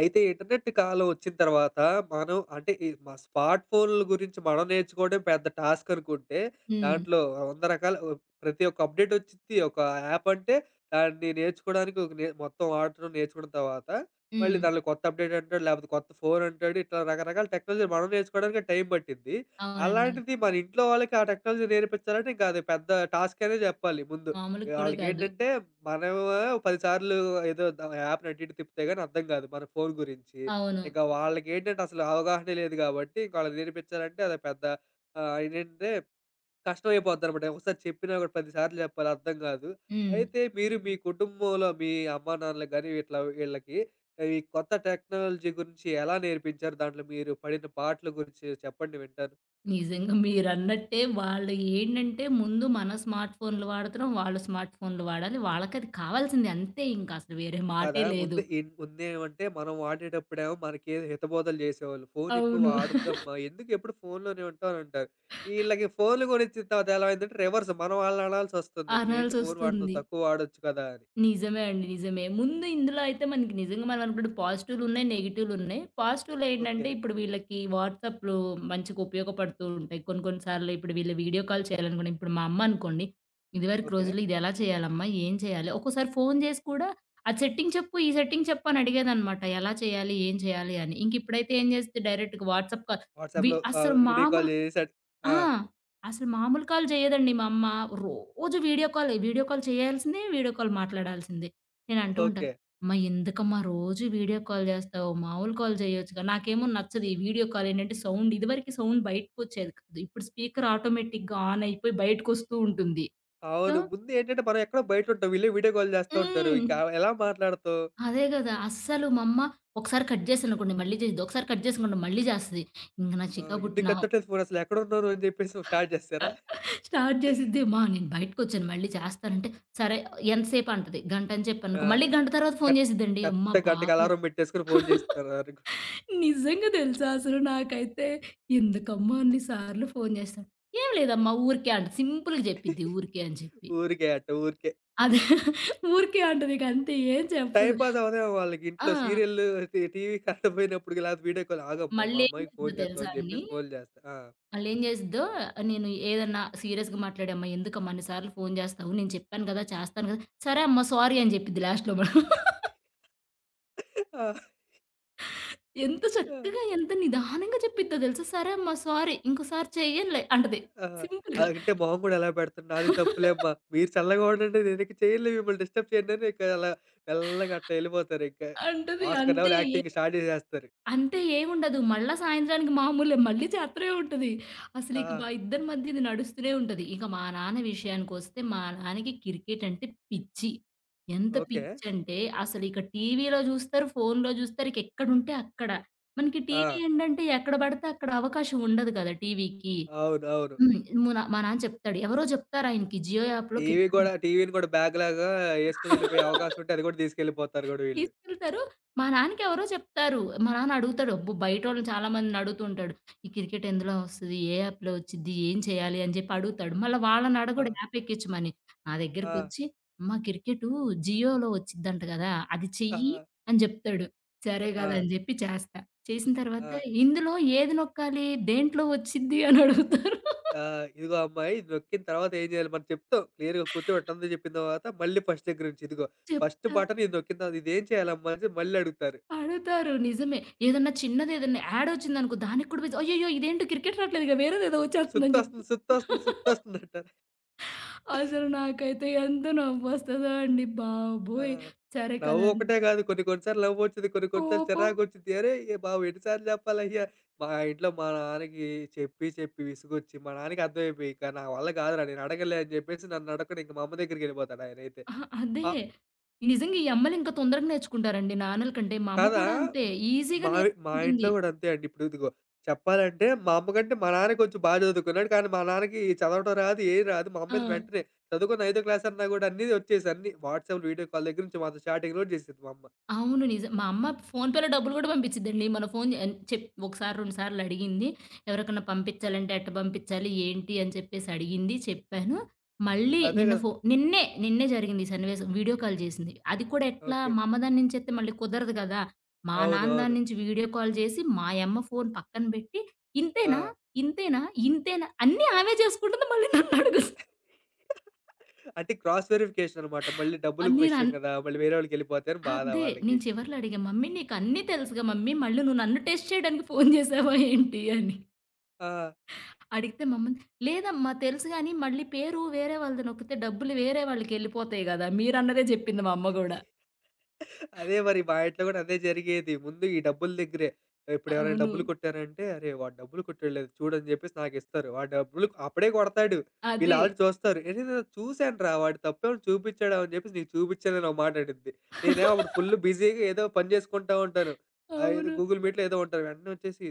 అయితే ఇంటర్నెట్ కాలం వచ్చిన తర్వాత మనం అంటే ఈ మా స్మార్ట్ ఫోన్ల గురించి మనం నేర్చుకోవడం పెద్ద టాస్క్ అనుకుంటే, హ్మ్. దాంట్లో 100 రకాల ప్రతి ఒక్క అప్‌డేట్ వచ్చిద్ది. ఒక యాప్ అంటే దాన్ని నేర్చుకోవడానికి ఒక నే మొత్తం వాడటం నేర్చుకున్న తర్వాత, మళ్ళీ హ్మ్. దానిలో కొత్త అప్‌డేట్ అంటాడు, లేకపోతే కొత్త ఫోన్ అంటాడు. ఇట్లా రకరకాల టెక్నాలజీ మనం నేర్చుకోవడానికి టైం పట్టిద్ది. అవునండి. అలాంటిది మన ఇంట్లో వాళ్ళకి ఆ టెక్నాలజీ నేర్పించాలంటే ఇంకా అది పెద్ద టాస్క్ అనే చెప్పాలి ముందు. మామూలుగా కూడా కాదు. ఆళ్ళకేంటంటే మనమేమో 10 సార్లు ఏదో యాప్‌ని అటు ఇటు తిప్పితే గాని అర్థం కాదు మన ఫోన్ గురించి. అవును. ఇంకా వాళ్ళకేంటంటే అసలు అవగాహనే లేదు కాబట్టి ఇంక ఆళ్ళకి నేర్పించాలంటే అది పెద్ద ఆహ్, ఏంటంటే కష్టం అయిపోద్దనమాట. ఒకసారి చెప్పినా కూడా 10 సార్లు చెప్పాలి అర్థం కాదు. హ్మ్. అయితే మీరు మీ కుటుంబంలో మీ అమ్మానాన్నలకు గాని ఇట్లా వీళ్ళకి ఈ కొత్త టెక్నాలజీ గురించి ఎలా నేర్పించారు? దాంట్లో మీరు పడిన పాట్లు గురించి చెప్పండి వింటాను. నిజంగా మీరన్నట్టే వాళ్ళు ఏంటంటే ముందు మన స్మార్ట్ ఫోన్‌లు వాడుతున్నాం. వాళ్ళు స్మార్ట్ ఫోన్‌లు వాడాలి. వాళ్ళకది కావాల్సింది అంతే, ఇంక అసలు వేరే కదా! మాటే ముందు లేదు. ముందేమంటే మనం వాడేటప్పుడేమో మనకేదో హితబోధలు జేసేవాళ్ళు. "ఫోను ఎక్కువ అవును. వాడొద్దమ్మా. ఎందుకు ఎప్పుడు ఫోనులోనే ఉంటావు" అని అంటారు. ఈళ్ళకి ఫోన్లు గొనిచ్చిన తర్వాత ఎలా అయిందంటే రివర్స్ మనం వాళ్ళని అనాల్సొస్తుంది. "ఏంటి ఫోను వాడుతున్నావు అనాల్సొస్తుంది. తక్కువ వాడొచ్చు కదా!" అని. నిజమే అండి. నిజమే. ముందు ఇందులో అయితే మనకి నిజంగా మనం అనుకున్నట్టు పాజిటివ్‌లున్నాయి, నెగెటివ్‌లున్నాయి. పాజిటివ్‌లో ఓకే. ఏంటంటే ఇప్పుడు వీళ్ళకి వాట్సాప్‌లో మంచిగా ఉపయోగపడుతూ ఉంటాయి. కొన్ని కొన్ని సార్లు ఇప్పుడు వీళ్ళు వీడియో కాల్ చేయాలనుకున్న, ఇప్పుడు మా అమ్మ అనుకోండి, ఇదివరకు ఓకే. రోజుల్లో ఇది ఎలా చేయాలమ్మా? ఏం చేయాలి? ఒక్కోసారి ఫోను చేసి కూడా ఆ సెట్టింగ్ చెప్పు, ఈ సెట్టింగ్ చెప్పు అని అడిగేదనమాట. ఎలా చేయాలి? ఏం చేయాలి? అని. ఇంక ఇప్పుడైతే ఏం చేస్తది, డైరెక్ట్‌గా వాట్సాప్ కాల్, వి వాట్సాప్‌లో అసలు వీడియో మామూలు కాల్ చేసాడు. ఆ! ఆ! అసలు మామూలు కాల్ జేయదండి మా అమ్మ. రోజు వీడియో కాలే. వీడియో కాల్ చేయాల్సిందే, వీడియో కాల్ మాట్లాడాల్సిందే. నేనంటూ ఉంటా, ఓకే. "అమ్మ ఎందుకమ్మా రోజు వీడియో కాల్ జేస్తావు? మామూలు కాల్ జేయొచ్చుగా." నాకేమో నచ్చదు ఈ వీడియో కాల్. ఏంటంటే సౌండ్, సౌండ్ బయటకొచ్చేది కాదు. ఇప్పుడు స్పీకర్ ఆటోమేటిక్‌గా ఆన్ అయిపోయి బయటకొస్తూ ఉంటుంది. సో, అవును. ముందేంటంటే మనం ఎక్కడో బయటుంటాం. వీళ్ళే వీడియో కాల్ చేస్తా ఉంటారు. హ్మ్. ఇంకా ఎలా మాట్లాడతావు? అదే గదా! అస్సలు మా అమ్మ ఒకసారి కట్ జేశాననుకోండి మళ్ళీ జేసిద్ది. ఒకసారి కట్ జేసాననుకోండి మళ్ళీ జేస్తది. ఇంక నాకు చికాకు పుట్టి "ఎందుకు ఎత్తట్లేదు ఫోను అసలు ఎక్కడున్నావు నువ్వు" అని జెప్పేసి స్టార్ట్ జేస్తారా? స్టార్ట్ చేసిద్ది, "మా నేను బయటకొచ్చాను మళ్ళీ చేస్తానంటే" సరే ఎంతసేపు అంటది. గంట అని ఆ! చెప్పాననుకో, మళ్ళీ గంట తర్వాత ఫోను కరెక్ట్ చేసిద్దండి. అమ్మ కరెక్ట్‌గా గంటకి బాబోయ్! అలారం బెట్టేసుకొని ఫోను జేస్తారనుకో. నిజంగా తెలుసా అసలు నాకైతే ఎందుకమ్మా అన్ని సార్లు ఫోను చేస్తాను. "ఏం లేదమ్మా ఊరికే" అంటది. సింపుల్‌గా చెప్పిద్ది, ఊరికే అని చెప్పి. ఊరికే అట్ట ఊరికే. అది ఊరికే అంటది, ఇక అంతే, ఏం టైమ్ చెప్పదు. పాస్ అవ్వదేమో వాళ్ళకి ఆ! ఇంట్లో సీరియల్లు టీవీ కరెంట్ పోయినప్పుడు లేకపోతే వీడియో కాల్ ఆగమ్మా మా మళ్ళేం అమ్మాయికి ఫోన్ చేసిద్దో చేస్తాం తెలుసా అని అండి? చెప్పేసి ఫోన్ చేస్తా. ఆ! ఆళ్ళేం జేసిద్దో, నేను ఏదన్నా సీరియస్‌గా మాట్లాడామ్మా, ఎందుకమ్మా అన్ని సార్లు ఫోను జేస్తావు? నేను చెప్పాను గదా! చేస్తాను గదా! సరే అమ్మా సారీ అని జెప్పిద్ది లాస్ట్‌లో మనం. ఆ! ఎంత ఆ! చక్కగా, ఎంత నిదానంగా చెప్పిద్దో దెలుసా? సరే అమ్మా సారీ, ఇంకోసారి చెయ్యనులే అంటది. ఆ! సింపుల్‌గా. అంటే మొహం కూడా ఎలా పెడతాడు నాది తప్పులేమ్మా మీరు చల్లగా ఉండండి నేనిక చేయనులే మిమ్మల్ని డిస్టర్బ్ చేయనని ఇక అలా మెల్లగా అట్లా ఎళ్ళిపోతారు ఇంక. అంటది ఆస్కార్ లెవెల్ అంతే. యాక్టింగ్ స్టార్ట్ చేసేస్తారు. అంతే ఏముండదు. మళ్ళా సాయంత్రానికి మామూలే. మళ్ళీ చేత్తనే ఉంటది. ఆ! అసలిక మా ఇద్దరి మధ్య ఇది నడుస్తూనే ఉంటది. ఇక మా నాన్న విషయానికొస్తే, మా నాన్నకి క్రికెట్ అంటే పిచ్చి. ఎంత ఓకే. పిచ్చంటే, అసలిక టీవీలో జూస్తారు, ఫోన్‌లో జూస్తారు. ఇక ఎక్కడుంటే అక్కడ. మనకి ఆ! టీవీ ఏంటంటే, ఎక్కడ పడితే అక్కడ అవకాశం ఉండదు కదా టీవీకి. అవును. అవును. హ్మ్. మా నాన్న చెప్తాడు. ఎవరో జెప్తారు ఆయనకి జియో యాప్‌లో టీవీ క్రికెట్ గూడా టీవీని కూడా బ్యాగ్‌లాగా ఏసుకొని ఎళ్ళిపోయే అవకాశం ఉంటే అది కూడా తీసుకెళ్ళిపోతారు గూడా వీళ్ళు. తీసుకెళ్తారు. మా నాన్నకి ఎవరో చెప్తారు. మా నాన్న అడుగుతాడు. అబ్బో! బయటోళ్ళని చాలా మందిని అడుగుతుంటాడు. ఈ క్రికెట్ ఎందులో వస్తది? ఏ యాప్‌లో వచ్చిద్ది? ఏం చేయాలి? అని చెప్పి అడుగుతాడు. మళ్ళా వాళ్ళని ఆ! అడగడు యాప్ ఎక్కించమని. నా ఆ! దగ్గరకొచ్చి అమ్మ క్రికెటు జియోలో వచ్చిద్దంట గదా! అది చెయ్యి ఆహా! అని జెప్తాడు. సరే ఆ! గదా! అని జెప్పి చేస్తా. చేసిన ఆ! తర్వాత ఇందులో ఏది నొక్కాలి? దేంట్లో వచ్చిద్ది? అని అడుగుతారు. ఆ! ఇదిగో అమ్మాయి ఇది నొక్కిన తర్వాత ఏం చేయాలి మనం చెప్తాం. క్లియర్‌గా కూర్చోబెట్టి అందరూ చెప్పిన తర్వాత మళ్ళీ ఫస్ట్ దగ్గర నుంచి ఇదిగో ఫస్ట్ చెప్తా. బటన్ ఇది నొక్కిన తర్వాత ఇదేం చేయాలమ్మా అని చెప్పి మళ్ళీ అడుగుతారు. అడుగుతారు. నిజమే. ఏదన్నా చిన్నది, ఏదన్నా యాడొచ్చిందనుకో దానికి కూడా పోయి, అయ్యయ్యో! ఇదేంటో క్రికెట్ రావట్లేదుగా వేరేదేదో వచ్చేస్తుందని చెప్తా. సుత్తొస్తుంది, సుత్తొస్తుంది, సుత్తొస్తుంది అంటారు. అసలు నాకైతే ఎంత నవ్వొస్తదో అండి ఆ! బాబోయ్! సరే నవ్వు కదా! ఒకటే కాదు కొన్ని కొన్ని సార్లు నవ్వొచ్చిద్ది. కొన్ని కొన్ని సార్లు కోపం. చిరాకొచ్చిద్ది. అరేయ్! బాబు ఎన్ని సార్లు చెప్పాలయ్యా? మా ఇంట్లో మా నాన్నకి చెప్పి చెప్పి విసుగొచ్చి మా నాన్నకి అర్థమైపోయి ఇక నా వల్ల కాదురా నేను అడగలే అని చెప్పేసి నన్ను అడగకుండా ఇంక మా అమ్మ దగ్గరికెళ్ళిపోతాడు ఆయనైతే. అహా! అదే. ఆ నిజంగా ఈ అమ్మలింకా తొందరగా నేర్చుకుంటారండి నాన్నల కంటే. మా అమ్మ కాదా! కూడా అంతే. హ్మ్. ఈజీగా మావి మా ఇంట్లో నేర్చుకుంటుంది. గూడా అంతే అండి. ఇప్పుడు ఇదిగో చెప్పాలంటే మా అమ్మ కంటే మా నాన్న కొంచెం బా చదువుకున్నాడు. కానీ మా నాన్నకి చదవడం రాదు, ఏది రాదు. మా ఆ! అమ్మయితే వెంటనే చదువుకున్న 5వ క్లాస్ అన్నా గూడా అన్నీ వచ్చేసాయి. అన్నీ వాట్సాప్‌లు, వీడియో కాల్ దగ్గర నుంచి మాతో చాటింగ్ గూడా చేసేది మా అమ్మ. అవును. నిజం. మా అమ్మ ఫోన్‌పేలో డబ్బులు గూడా పంపించిద్దండి. మన ఫోన్ ఎన్ చెప్ ఒకసారి, రెండు సార్లు అడిగింది. ఎవరికన్నా పంపించాలంటే ఎట్ట పంపించాలి? ఏంటి? అని చెప్పేసి అడిగింది. చెప్పాను. మళ్ళీ అదే నిన్న గదా! నిన్నే, నిన్నే జరిగింది ఈ సన్నివేశం. వీడియో కాల్ చేసింది. అది కూడా ఎట్లా? ఓకే. మా అమ్మ దాని నుంచి ఎత్తే మళ్ళీ కుదరదు గదా! మా అవును. నాన్న దాని అవును. నుంచి వీడియో కాల్ చేసి, మా యమ్మ ఫోన్ పక్కన పెట్టి, ఆ! "ఇంతేనా? ఇంతేనా? ఇంతేనా?" అన్నీ ఆమె చేసుకుంటుంది. మళ్ళీ నన్ను అడుగుతుంది. అంటే క్రాస్ వెరిఫికేషన్ అన్నమాట. మళ్ళీ డబ్బులు నేను విషయం అన్ గదా! మళ్ళీ వేరే వాళ్ళకెళ్ళిపోతే అని బాధ అదే. వాళ్ళకి. నేను చివర్లో అడిగా, "మమ్మీ నీకన్నీ తెలుసుగా మమ్మీ, మళ్ళీ నువ్వు నన్ను టెస్ట్ చేయడానికి ఫోను చేశావా ఏంటి?" అని. ఆ! అడిగితే మమ్మని, "లేదమ్మా తెలుసు గానీ, మళ్ళీ పేరు వేరే వాళ్ళది నొక్కితే డబ్బులు వేరే వాళ్ళకెళ్ళిపోతాయి గదా!" మీరన్నదే జెప్పింది మా అమ్మ గూడా. అదే మరి మా ఇంట్లో కూడా అదే జరిగేది. ముందు ఈ డబ్బుల దగ్గరే. ఇప్పుడు ఎవరైనా అవును. డబ్బులు కొట్టారంటే, "అరే! వాడు డబ్బులు కొట్టాడులే చూడు" అని చెప్పేసి నాకిస్తారు. వాడు డబ్బులు అప్పుడే కొడతాడు. వీళ్ళు అది. ఆల్రెడీ చూస్తారు. "అరే! నేను చూసానురా వాడు తప్పేమైనా చూపించాడా?" అని చెప్పేసి, "నీకు చూపించాను" అని ఒక మాట అనిద్ది. నేనేమో అప్పుడు ఫుల్ బిజీగా ఏదో పని చేసుకుంటా ఉంటాను. ఏదో అవును. గూగుల్ మీట్‌లో ఏదో ఉంటాను. వెంటనే వచ్చేసి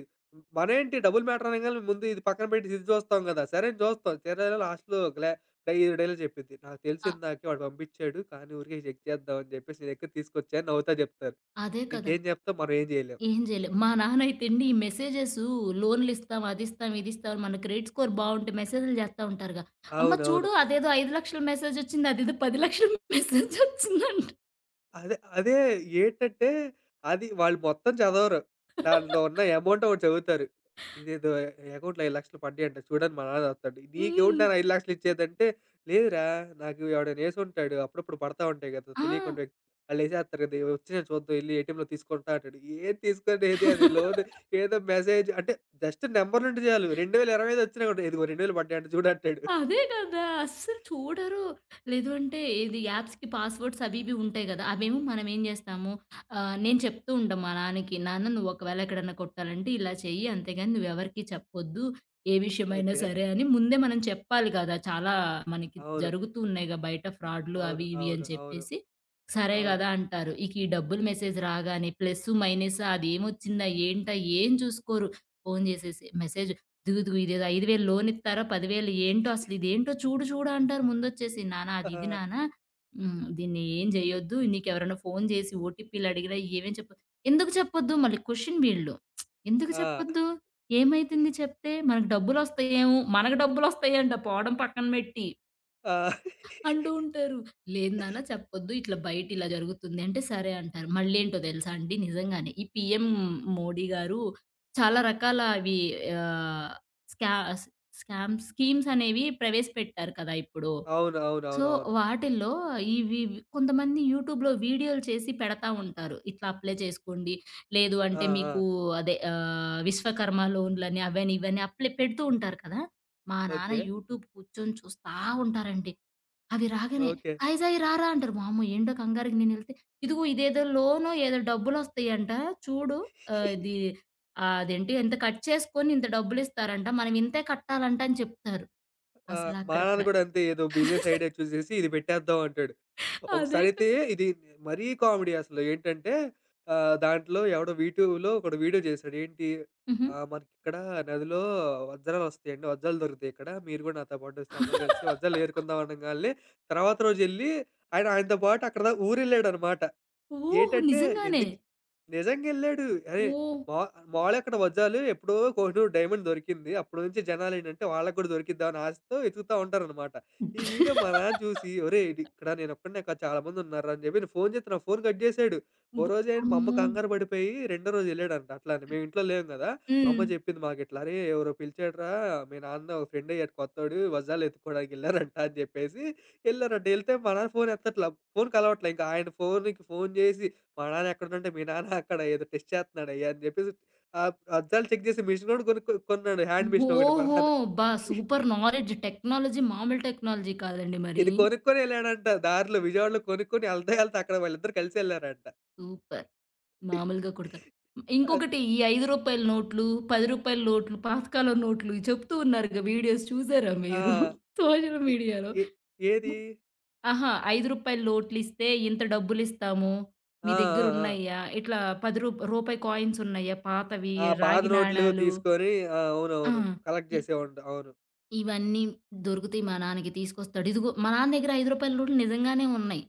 మనేంటి డబ్బులు మ్యాటర్ అనంగానే ముందు ఇది పక్కన పెట్టి ఇది చూస్తాం కదా! సరే అని చూస్తాం. తీరా లాస్ట్‌లో ఐదు డైలాగులు చెప్పిద్ది. నాకు తెలిసి అ ఇందాకే వాడు పంపించాడు. కానీ ఊరికే చెక్ చేద్దాం అని చెప్పేసి నేనెక్కువ తీసుకొచ్చా అని నవ్వుతా చెప్తారు. అదే కదా! ఇంకేం చెప్తాం మనం ఏం చేయలేం. ఏం జేయలేం. మా నాన్నయితేండి ఈ మెసేజెసు లోన్‌లిస్తాం, అదిస్తాం, ఇదిస్తాం, మన క్రెడిట్ స్కోర్ బావుంటే మెసేజులు జేస్తా ఉంటారుగా. "అమ్మ అవునవును. చూడు అదేదో 5,00,000 మెసేజొచ్చింది, అదేదో 10,00,000 మెసేజొచ్చిందంట." అదే. అదే ఏంటంటే, అది వాళ్ళు మొత్తం చదవరు. దాంట్లో ఉన్న అమౌంట్ ఒకటి చదువుతారు. ఇదేదో అకౌంట్‌లో 5,00,000 పడ్డాయంట చూడని మా నాన్న చదువుతాడు. "నీకెవడు హ్మ్. నాన్న 5,00,000 ఇచ్చేదంటే, లేదురా నాకు ఎవడైనా ఏసుంటాడు. అప్పుడప్పుడు పడతా ఉంటాయి కదా! ఆ! తెలియకుండా ఆళ్ళేసేత్తారు కదా! వచ్చి నేను చూద్దాం ఎళ్లి ఏటీఎంలో తీసుకుంటా" అంటాడు. ఏం తీసుకునేది అది లోన్ ఏదో మెసేజ్ అంటే జస్ట్ నంబర్‌లుంటే చాలు. 2025 వచ్చినా కూడా "ఇదిగో 2,000 పడ్డాయంట చూడు" అంటాడు. అదే కదా! అస్సలు చూడరు. లేదు అంటే ఇది యాప్స్‌కి పాస్‌వర్డ్స్ అవి ఇవి ఉంటాయి గదా! అవేమో మనమేం జేస్తాము, నేను చెప్తూ ఉంటాం మా నాన్నకి, "నాన్న నువ్వు ఒకవేళ ఎక్కడన్నా కొట్టాలంటే ఇలా చెయ్యి. అంతేగాని నువ్వెవరికీ చెప్పొద్దు. ఏ విషయమైనా ఓకే. సరే" అని ముందే మనం చెప్పాలి గదా! చాలా మనకి అవును. జరుగుతూ ఉన్నాయిగా బయట ఫ్రాడ్‌లు అవును. అవి ఇవి అవును. అని అవును. చెప్పేసి. సరే అవును. గదా! అంటారు. ఇక ఈ డబ్బులు మెసేజ్ రాగానే ప్లస్సు, మైనస్సా అదేమొచ్చిందా? ఏంటా? ఏం చూసుకోరు. ఫోను జేసేసి మెసేజ్ దుగుదుగు ఇదేదో 5,000 లోన్ ఇత్తారో, 10,000 ఏంటో అసలు ఇదేంటో చూడు చూడు అంటారు ముందొచ్చేసి. నాన్న అది ఇది ఆ! నాన్న హ్మ్. దీన్ని ఏం జేయొద్దు. నీకెవరైనా ఫోన్ జేసి ఓటీపీలు అడిగినా ఏమేం చెప్పొద్దు. ఎందుకు చెప్పొద్దు? మళ్ళీ క్వెషన్ వీళ్ళు. ఎందుకు ఆ! చెప్పొద్దు? ఏమైతుంది చెప్తే? మనకు డబ్బులొస్తాయేమో, మనకు డబ్బులొస్తాయంట, పోవడం పక్కన బెట్టి. ఆ! అంటూ ఉంటారు. లేదు నాన్న చెప్పొద్దు. ఇట్లా బయట ఇలా జరుగుతుంది అంటే సరే అంటారు. మళ్ళేంటో తెలుసా అండి, నిజంగానే ఈ పీఎం మోడీ గారు చాలా రకాల అవి, ఆహ్, స్కా స్కామ్ స్కీమ్స్ అనేవి ప్రవేశపెట్టారు కదా! ఇప్పుడు. అవును. అవును. సో, అవునవును. వాటిల్లో ఇవి కొంతమంది యూట్యూబ్‌లో వీడియోలు చేసి పెడతా ఉంటారు. ఇట్లా అప్లై చేసుకోండి. లేదు ఆ! అంటే ఆ! మీకు అదే, విశ్వకర్మ లోన్‌లని అవని ఇవని అప్లై పెడుతూ ఉంటారు కదా! మా నాన్న ఓకే. యూట్యూబ్ కూర్చొని చూస్తా ఉంటారండి. అవి రాగానే ఓకే. "సాయి సాయి రారా" అంటారు. వామ్మో! ఏంటో కంగారుకి నేనెళ్తే, "ఇదిగో ఇదేదో లోనో ఏదో డబ్బులొస్తాయంట చూడు. ఆహ్, ఇది అదేంటి ఇంత కట్ చేసుకొని ఇంత డబ్బులిస్తారంట. మనం ఇంతే కట్టాలంట" అని చెప్తారు. ఆ! మా అసలక్కడికి నాన్న ర కూడా అంతే ఏదో బిజినెస్ ఐడియా చూసేసి ఇది పెట్టేద్దాం అంటాడు. అదే క ఒకసారైతే ఇది మరీ కామెడీ అసలు ఏంటంటే దాంట్లో ఎవడో వీటూలో ఒకడు వీడియో చేశాడు. హుహు. మనకిక్కడ నదిలో వజ్రాలు వస్తాయండి. వజ్రాలు దొరుకుతాయి ఇక్కడ. మీరు కూడా నాతో పాటు వస్తే అందరూ కలిసి వజ్రాలు ఏరుకుందాం అనంగాల్నే తర్వాత రోజెళ్లి ఆయన ఆయనతో పాటు అక్కడ ఊరెళ్ళాడనమాట. ఓహ్! ఏటంటే నిజంగానే. ఎందుకు నిజంగెళ్ళాడు. అరే! ఓహ్! మా మాములుగా అక్కడ వజ్జాలు ఎప్పుడో కోహినూర్ డైమండ్ దొరికింది. అప్పటి నుంచి జనాలేంటంటే వాళ్ళకి కూడా దొరికిద్దా అని ఆశతో వెతుకుతా ఉంటారనమాట. ఈ వీడియో మా నాన్న చూసి, "ఒరేయ్! ఇది ఇక్కడ నేనొక్కడినే కాదు చాలామంది ఉన్నారు" అని చెప్పి నేను ఫోను చేస్తే నా ఫోను కట్ చేసాడు. ఓ రోజేంటి మా అమ్మ వామ్మో! కంగారు పడిపోయి రెండో రోజు ఎళ్ళాడంట అట్లానే. మేము ఇంట్లో లేము కదా! మా హ్మ్. అమ్మ చెప్పింది మాకిట్లా, "అరే! ఎవరో పిలిచాడురా మీ నాన్న ఒక ఫ్రెండయ్యాడు కొత్తోడు వజ్జాలు ఎతుక్కోవడానికి ఎళ్లారంట" అని చెప్పేసి ఎళ్లారండి. ఎళ్తే మా నాన్న ఫోన్ ఎత్తట్ల. ఫోన్‌కి అలవాట్లే. ఇంకా ఆయన ఫోన్‌కి ఫోన్ జేసి, "మా నాన్న ఎక్కడుండంటే, మీ నాన్న అక్కడ ఏదో టెస్ట్ చేత్తన్నాడయ్యా" అని జెప్పేసి ఆహ్, అద్దాలు చెక్ జేసే మిషన్ గూడా కొన్నాడు. హ్యాండ్ మిషన్ ఒకటి మా ఓహో! నాన్న. అబ్బా! Super knowledge. టెక్నాలజీ, మామూలు టెక్నాలజీ కాదండి మరి. ఇది కొనుక్కొని ఎళ్ళాడంట. దారిలో విజయవాడలో కొనుక్కొని ఎళ్తా అక్కడ వాళ్ళిద్దరూ కలిసెళ్లారంట. సూపర్. మామూలుగా కూడా కాదు. అద్ ఇంకొకటి ఈ రూ. 5 నోట్లు, రూ. 10 నోట్లు, పాతకాలం నోట్లు ఇవి చెప్తూ ఉన్నారుగా, వీడియోస్ చూసారా ఆ! మీరు? సోషల్ ఎ మీడియాలో. ఎ ఏది? అహా! రూ. 5 నోట్లిస్తే ఇంత డబ్బులిస్తాము. మీ ఆ! దగ్గర ఆ! ఆ! ఉన్నాయా? ఇట్లా రూ. 10 రూపాయి కాయిన్స్ ఉన్నాయా? పాతవి, ఆ పాత రాగి నోట్లు నాణాలు. తీసుకొని ఆ! ఆ! అవునవును. కలెక్ట్ ఇ జేసేవాడిని. అవును. ఇవన్నీ దొరుకుతాయి మా నాన్నకి తీసుకొస్తాడు. ఇదిగో మా నాన్న దగ్గర రూ. 5 నోట్లు నిజంగానే ఉన్నాయి.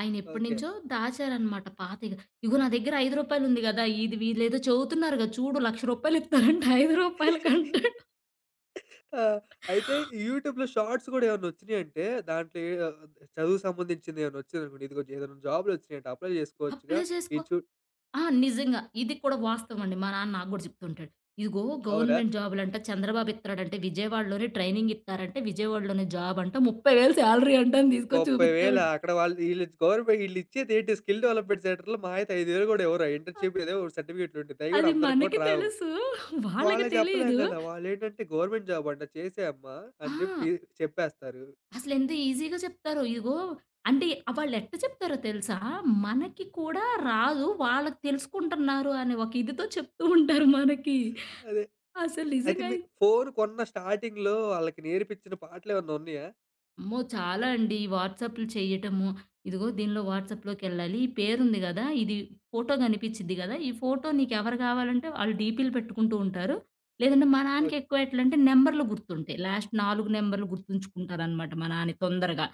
ఆయన ఎప్పటినుంచో దాచారనమాట పాతయి. ఇగో నా దగ్గర రూ. 5 ఉంది గదా! ఇది వీళ్ళేదో చెబుతున్నారుగా చూడు రూ. 1,00,000 ఇత్తారంట రూ. ఓకే. 5 ఆ! అయితే యూట్యూబ్‌లో షార్ట్స్ గూడా ఏమన్నా వచ్చినియంటే దాంట్లో చదువుకు సంబంధించింది ఏమన్నా వచ్చిందనుకోండి. ఇదిగో ఏదైనా జాబ్‌లొచ్చినియంట అప్లై చేసుకోవచ్చుగా. అప్లై చేసుకో. ఇది చూ ఆ! నిజంగా. ఇది కూడా వాస్తవం అండి. మా నాన్న నాకు గూడా జెప్తుంటాడు. ఇదిగో అవునా? గవర్నమెంట్ జాబులంట చంద్రబాబు ఇత్తన్నాడంట, విజయవాడలోనే ట్రైనింగ్ ఇత్తారంట. విజయవాడలోనే జాబ్ అంట. 30,000 సాలరీ అంట అని తీసుకొచ్చి 30,000 చూపిస్తామంట. అక్కడ వాళ్ళు ఈళ్ళు గవర్నమెంట్ ఈళ్ళిచ్చేదేంటి స్కిల్ డెవలప్‌మెంట్ సెంటర్‌లో మహా అయితే 5,000 గూడా ఇవ్వరు. ఆ ఇంటర్న్‌షిప్ ఏదో సర్టిఫికేట్‌లుండిద్ది. అయి గూడా అది అందరికి గూడా మనకి రావు. తెలుసు. వాళ్ళకి వాళ్ళయి చెప్పలేం తెలీదు. గదా! వాళ్ళేంటంటే గవర్నమెంట్ జాబ్ అంట చేసేయమ్మా ఆ! అని జెప్పి చెప్పేస్తారు. అసలెంత ఈజీగా చెప్తారో. ఇదిగో, అంటే వాళ్ళెట్ట చెప్తారో తెలుసా? మనకి కూడా రాదు. వాళ్ళకి తెలుసుకుంటున్నారు అనే ఒక ఇదితో చెప్తూ ఉంటారు మనకి. అదే. అసలు అయితే నిజంగా మీరు ఫోను కొన్న స్టార్టింగ్‌లో ఆళ్ళకి నేర్పించిన పాటలేమన్నా ఉన్నయా? అమ్మో! చాలా అండి ఈ వాట్సాప్‌లు చేయటము. ఇదిగో దీనిలో వాట్సాప్‌లోకెళ్ళాలి. ఈ పేరుంది గదా! ఇది, ఫోటో కనిపిచ్చిద్ది గదా! ఈ ఫోటో నీకెవరు కావాలంటే వాళ్ళు డీపీలు పెట్టుకుంటూ ఉంటారు. లేదంటే మా ఓక్ నాన్నకెక్కువ ఎట్లంటే నంబర్‌లు గుర్తుంటాయి. లాస్ట్ 4 నంబర్‌లు గుర్తుంచుకుంటారనమాట మా నాన్న తొందరగా.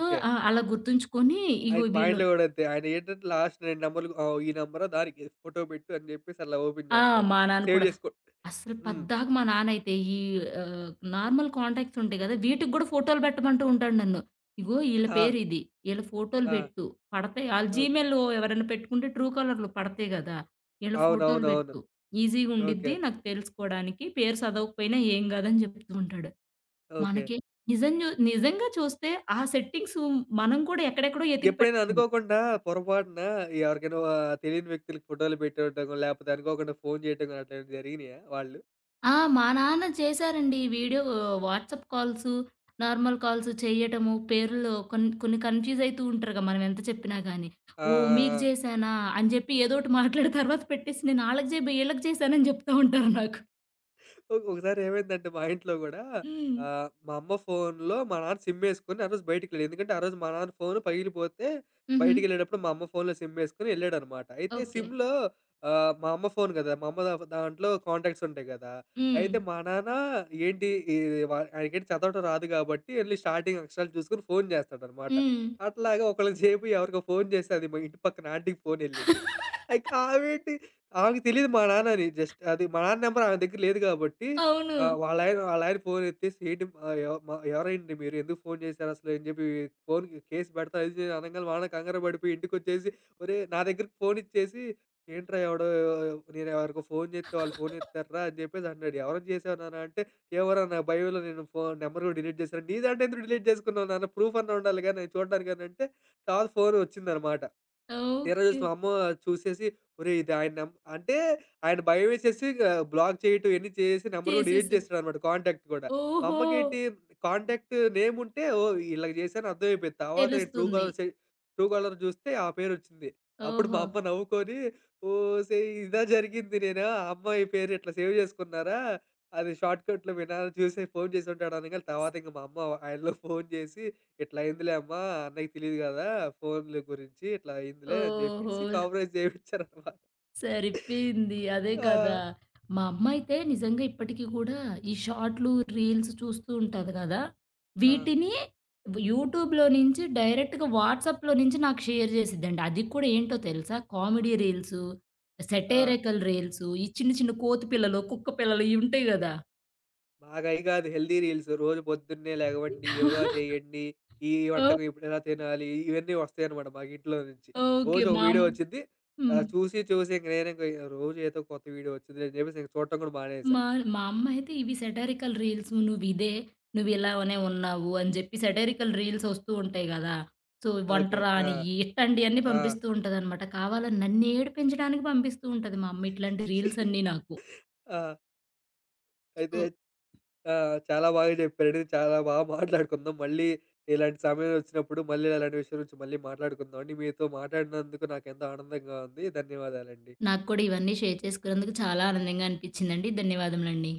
సో, అలా గుర్తుంచుకొని ఇగో ఆయన మా వీళ్ళు ఇంట్లో గూడా అంతే. ఆయనేంటంటే లాస్ట్ 2 నంబర్‌లు ఈ నంబరా దానికి ఫోటో పెట్టు అని జెప్పేసి అలా ఓపెన్ ఆ! జేస్తాడు. మా నాన్న సేవ్ కూడా. జేసుకో అస్సలు హ్మ్. పద్దాక మా నాన్నయితే ఈ, ఆహ్, నార్మల్ కాంటాక్ట్స్ ఉంటాయి గదా! వీటికి గూడా ఫోటోలు పెట్టమంటూ ఉంటాడు నన్ను. ఇగో ఈళ్ళ ఆ! పేరిది. ఈళ్ళ ఫోటోలు ఆ! పెట్టు. పడతాయి. ఆళ్ళు ఓహ్! జీమెయిల్‌లో ఎవరైనా పెట్టుకుంటే ట్రూ కాలర్‌లో పడతాయి గదా! ఈళ్ళ ఫోటోలు అవునవునవును. పెట్టు. ఈజీగా ఓకే. ఉండిద్ది నాకు తెలుసుకోవడానికి. పేరు సదవకపోయినా ఏం గాదని జెప్తూ ఉంటాడు. ఓకే. మనకి నిజంగా చూస్తే ఆ సెట్టింగ్స్ మనం కూడా ఎక్కడెక్కడో ఎతికి ఎప్పుడైనా పెట్టాలి. అనుకోకుండా పొరపాటున ఎవరికైనా తెలియని వ్యక్తులకి ఫోటోలు పెట్టివ్వటం, లేపోతే అనుకోకుండా ఫోను జేయటం గాని అట్లాంటివి జరిగినాయా వాళ్ళు? ఆ! మా నాన్న చేశారండి. Video WhatsApp calls, normal calls చేయటము, పేర్లు కొన్ని కన్‌ఫ్యూజ్ అయితూ ఉంటారుగా మనం ఎంత చెప్పినా గాని. ఆ! ఆ! ఓహ్! మీకు ఆ! చేశానా? అని చెప్పి ఏదోకటి మాట్లాడి తర్వాత పెట్టేసి నేను ఆళ్ళకి జేయబోయి ఈళ్ళకి చేశానని చెప్తా ఉంటారు నాకు. ఒకసారి ఏమైందంటే మా ఇంట్లో గూడా హ్మ్. మా అమ్మ ఫోన్‌లో మా నాన్న సిమ్ యేసుకొని ఆ రోజు బయటికెళ్ళాడు. ఎందుకంటే ఆ రోజు మా నాన్న ఫోన్ పగిలిపోతే హుహు. బయటికెళ్ళేటప్పుడు మా అమ్మ ఫోన్‌లో సిమ్ యేసుకొని యెళ్ళాడనమాట. అయితే ఓకే. సిమ్‌లో మా అమ్మ ఫోన్ గదా! మా అమ్మ దాంట్లో కాంటాక్ట్స్ ఉంటాయి గదా! హ్మ్. అయితే మా నాన్న ఏంటి ఈ వ ఆయనకేంటి చదవటం రాదు గాబట్టి ఎళ్లి స్టార్టింగ్ అక్షరాలు చూసుకొని ఫోన్ జేస్తాడనమాట. హ్మ్. అట్లాగా ఒకళ్ళకి సేపు ఎవరికో ఫోన్ జేస్తే అది మా ఇంటి పక్కన ఆంటీకి ఫోన్ యెళ్ళింది. ఇక ఆమేంటి ఆమెకి తెలీదు మా నాన్నని. జస్ట్ అది మా నాన్న నంబర్ ఆమె దగ్గర లేదు గాబట్టి, అవును. వాళ్ళాయన వాళ్ళాయన ఫోన్ ఎత్తేసి ఏంటి ఆహ్, ఎవ మ ఎవరండి మీరు? ఎందుకు ఫోన్ చేశారసలు? అని జెప్పి ఫోన్‌కి కేస్ పెడతా అది ఇది అనంగానే మా నాన్న కంగారు పడిపోయి ఇంటికొచ్చేసి, ఒరేయ్! నా దగ్గరికి ఫోన్ ఇచ్చేసి, ఏంట్రా ఎవడో నేను ఎవరికో ఫోన్ జేత్తే వాళ్ళు ఫోన్ ఎత్తార్రా అని జెప్పేసి అన్నాడు. ఎవరికి చేశావు నాన్న అంటే, "ఏమోరా నా బయోలో నేను ఫోన్ నంబర్ గూడా డిలీట్ చేశాను." నీ దాంట్లో ఎందుకు డిలీట్ జేసుకున్నావు నాన్న? ప్రూఫ్ అన్నా ఉండాలిగా నేను చూడడానికనంటే, తర్వాత ఫోన్ వచ్చిందనమాట. తీరా ఓకే. చూస్తే మా అమ్మ చూసేసి, "ఒరేయ్! ఇది ఆయన నం" అంటే ఆయన భయమేసేసి ఇక బ్లాక్ చేయటం ఇయన్నీ చేసేసి నంబర్ కూడా డిలీట్ చేసేసా చేసాడనమాట కాంటాక్ట్ కూడా. మా ఓహో! అమ్మకేంటి కాంటాక్ట్ నేమ్ ఉంటే ఓహ్! ఈళ్ళకి చేశాను అర్థమైపోయింది. తర్వాత నేను తెలుస్తుంది. ట్రూ కాలర్ చూస్తే ఆ పేరొచ్చింది. అప్పుడు మా ఓహో! అమ్మ నవ్వుకొని, "ఓసేయ్! ఇదా జరిగింది నేనా ఆ అమ్మాయి పేరు ఇట్లా సేవ్ చేసుకున్నారా? అది షార్ట్‌కట్‌లో మీ నాన్న చూసి ఫోను చేసి ఉంటాడు" అనంగానే తర్వాత ఇంక మా అమ్మ ఆయనలో ఫోను చేసి "ఇట్లా అయిందిలే అమ్మా! అన్నయ్యకి తెలీదు గదా! ఫోన్‌ల గురించి. ఇట్లా అయిందిలే" అని ఓహో! జెప్పేసి కాంప్రమైజ్ చేపించారనమాట. సరిపోయింది. అదే కదా! ఆ! మా అమ్మయితే నిజంగా ఇప్పటికి కూడా ఈ షార్ట్‌లు, రీల్స్ చూస్తూ ఉంటది గదా! ఆ! వీటిని యూట్యూబ్‌లో నుంచి డైరెక్ట్‌గా వాట్సాప్‌లో నుంచి నాకు షేర్ చేసిద్దండి. అది కూడా ఏంటో తెలుసా? కామెడీ రీల్సు, ఆ! సెటైరికల్ రీల్సు, ఈ చిన్న చిన్న కోతి పిల్లలు, కుక్క పిల్లలు ఇయి ఉంటాయి గదా! "మాకు అయి గాదు హెల్తీ రీల్స్. రోజు పొద్దున్నే లెగవండి, యోగా చేయండి, ఈ ఓహ్! వంటకం ఇప్పుడెలా తినాలి" ఇవన్నీ వస్తాయనమాట మాకు ఇంట్లో నుంచి. ఓకే. రోజు ఒక మా వీడియో అమ్ వచ్చిద్ది. హ్మ్. చూసి చూసి ఇంక రోజు ఏదో కొత్త వీడియో వచ్చిందిలే అని జెప్పేసి ఇంక చూడటం గూడా మానేసా. మా మా అమ్మయితే ఇవి సెటారికల్ రీల్స్ నువ్విదే, నువ్విలానే ఉన్నావు అని జెప్పి సెటారికల్ రీల్స్ ఒస్తూ ఉంటాయి గదా! సో, వంట ఓకే. ఆ! రానియ్యి ఇట్లాంటియన్నీ ఆ! పంపిస్తూ ఉంటదనమాట. కావాలని నన్నేడిపించడానికి పంపిస్తూ ఉంటది మా అమ్మ ఇట్లాంటి రీల్స్ అన్నీ నాకు. ఆ! అయితే సో, ఆ! చాలా బాగా చెప్పారండి. చాలా బాగా మాట్లాడుకుందాం. మళ్ళీ ఇలాంటి సమయం వచ్చినప్పుడు మళ్ళీ ఇలాంటి విషయం గురించి మళ్ళీ మాట్లాడుకుందాం అండి. మీతో మాట్లాడినందుకు నాకెంతో ఆనందంగా ఉంది. ధన్యవాదాలండి. నాకు కూడా ఇవన్నీ షేర్ చేసుకున్నందుకు చాలా ఆనందంగా అనిపిచ్చిందండి. ధన్యవాదములండి.